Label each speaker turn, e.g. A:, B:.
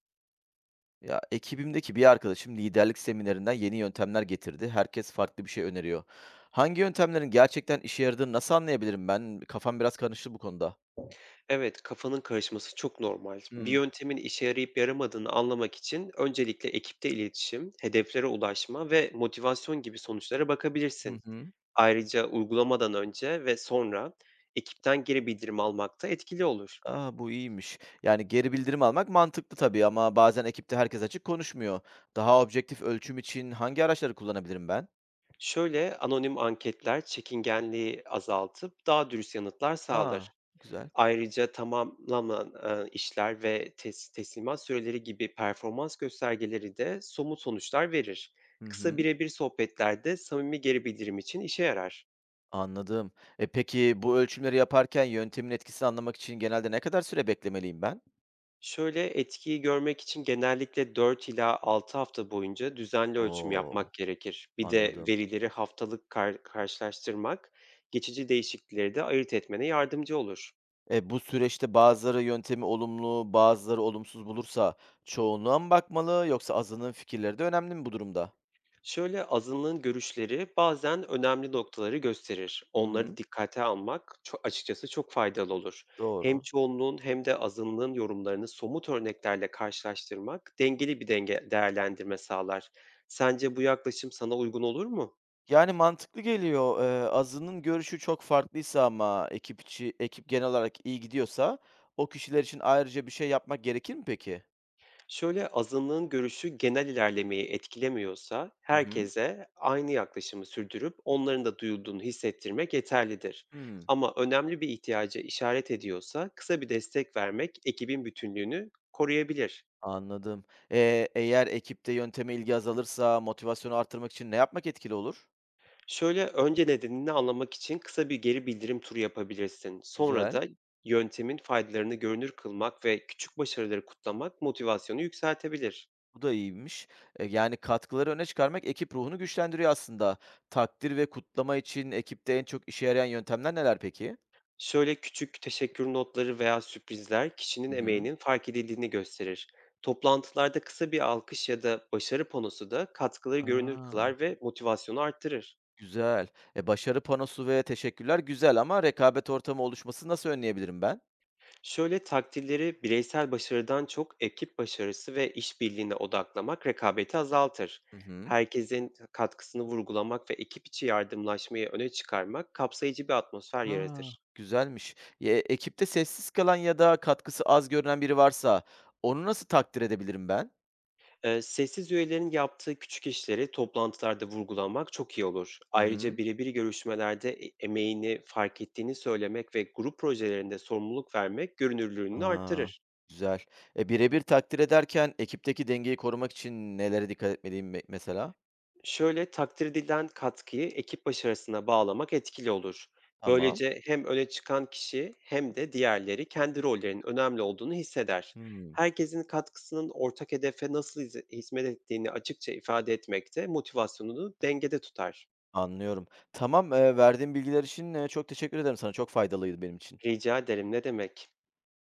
A: Ya ekibimdeki bir arkadaşım liderlik seminerinden yeni yöntemler getirdi. Herkes farklı bir şey öneriyor. Hangi yöntemlerin gerçekten işe yaradığını nasıl anlayabilirim ben? Kafam biraz karıştı bu konuda.
B: Evet, kafanın karışması çok normal. Bir
A: Hmm.
B: yöntemin işe yarayıp yaramadığını anlamak için öncelikle ekipte iletişim, hedeflere ulaşma ve motivasyon gibi sonuçlara
A: Hı
B: bakabilirsin.
A: hı.
B: Ayrıca uygulamadan önce ve sonra ekipten geri bildirim almak da etkili olur.
A: Aa, bu iyiymiş. Yani geri bildirim almak mantıklı tabii ama bazen ekipte herkes açık konuşmuyor. Daha objektif ölçüm için hangi araçları kullanabilirim ben?
B: Şöyle anonim anketler çekingenliği azaltıp daha dürüst yanıtlar sağlar.
A: Aa, güzel.
B: Ayrıca tamamlanan, işler ve teslimat süreleri gibi performans göstergeleri de somut sonuçlar verir.
A: Hı
B: Kısa
A: hı.
B: birebir sohbetlerde samimi geri bildirim için işe yarar.
A: Anladım. E peki, bu ölçümleri yaparken yöntemin etkisini anlamak için genelde ne kadar süre beklemeliyim ben?
B: Şöyle etkiyi görmek için genellikle 4 ila 6 hafta boyunca düzenli ölçüm yapmak
A: Oo,
B: gerekir. Bir de
A: anladım.
B: verileri haftalık karşılaştırmak geçici değişiklikleri de ayırt etmene yardımcı olur.
A: E, bu süreçte bazıları yöntemi olumlu, bazıları olumsuz bulursa çoğunluğa mı bakmalı yoksa azının fikirleri de önemli mi bu durumda?
B: Şöyle azınlığın görüşleri bazen önemli noktaları gösterir. Onları
A: Hı.
B: dikkate almak açıkçası çok faydalı olur. Hem
A: Doğru.
B: çoğunluğun hem de azınlığın yorumlarını somut örneklerle karşılaştırmak dengeli bir değerlendirme sağlar. Sence bu yaklaşım sana uygun olur mu?
A: Yani mantıklı geliyor. Azının görüşü çok farklıysa ama ekip genel olarak iyi gidiyorsa o kişiler için ayrıca bir şey yapmak gerekir mi peki?
B: Şöyle, azınlığın görüşü genel ilerlemeyi etkilemiyorsa
A: Hı hı.
B: herkese aynı yaklaşımı sürdürüp onların da duyulduğunu hissettirmek yeterlidir.
A: Hmm,
B: Ama önemli bir ihtiyaca işaret ediyorsa kısa bir destek vermek ekibin bütünlüğünü koruyabilir.
A: anladım. Eğer ekipte yönteme ilgi azalırsa motivasyonu artırmak için ne yapmak etkili olur?
B: Şöyle önce nedenini anlamak için kısa bir geri bildirim turu yapabilirsin. Sonra
A: Güzel.
B: da yöntemin faydalarını görünür kılmak ve küçük başarıları kutlamak motivasyonu yükseltebilir.
A: Bu da iyiymiş. E, yani katkıları öne çıkarmak ekip ruhunu güçlendiriyor aslında. Takdir ve kutlama için ekipte en çok işe yarayan yöntemler neler peki?
B: Şöyle küçük teşekkür notları veya sürprizler kişinin
A: Hı hı.
B: emeğinin fark edildiğini gösterir. Toplantılarda kısa bir alkış ya da başarı panosu da katkıları görünür
A: Aa,
B: kılar ve motivasyonu arttırır.
A: güzel. E, başarı panosu ve teşekkürler güzel ama rekabet ortamı oluşmasını nasıl önleyebilirim ben?
B: Şöyle takdirleri bireysel başarıdan çok ekip başarısı ve işbirliğine odaklamak rekabeti azaltır.
A: Hı hı.
B: Herkesin katkısını vurgulamak ve ekip içi yardımlaşmayı öne çıkarmak kapsayıcı bir atmosfer
A: Aa,
B: yaratır.
A: güzelmiş. E, ekipte sessiz kalan ya da katkısı az görünen biri varsa onu nasıl takdir edebilirim ben?
B: Sessiz üyelerin yaptığı küçük işleri toplantılarda vurgulamak çok iyi olur.
A: Hı
B: Ayrıca
A: hı.
B: birebir görüşmelerde emeğini fark ettiğini söylemek ve grup projelerinde sorumluluk vermek görünürlüğünü
A: A!
B: artırır.
A: Güzel. E, birebir takdir ederken ekipteki dengeyi korumak için nelere dikkat etmeliyim mesela?
B: Şöyle takdir edilen katkıyı ekip başarısına bağlamak etkili olur.
A: Tamam.
B: Böylece hem öne çıkan kişi hem de diğerleri kendi rollerinin önemli olduğunu hisseder.
A: Hımm,
B: Herkesin katkısının ortak hedefe nasıl hizmet ettiğini açıkça ifade etmek de motivasyonunu dengede tutar.
A: anlıyorum. Tamam, verdiğin bilgiler için çok teşekkür ederim sana. Çok faydalıydı benim için.
B: Rica ederim, ne demek?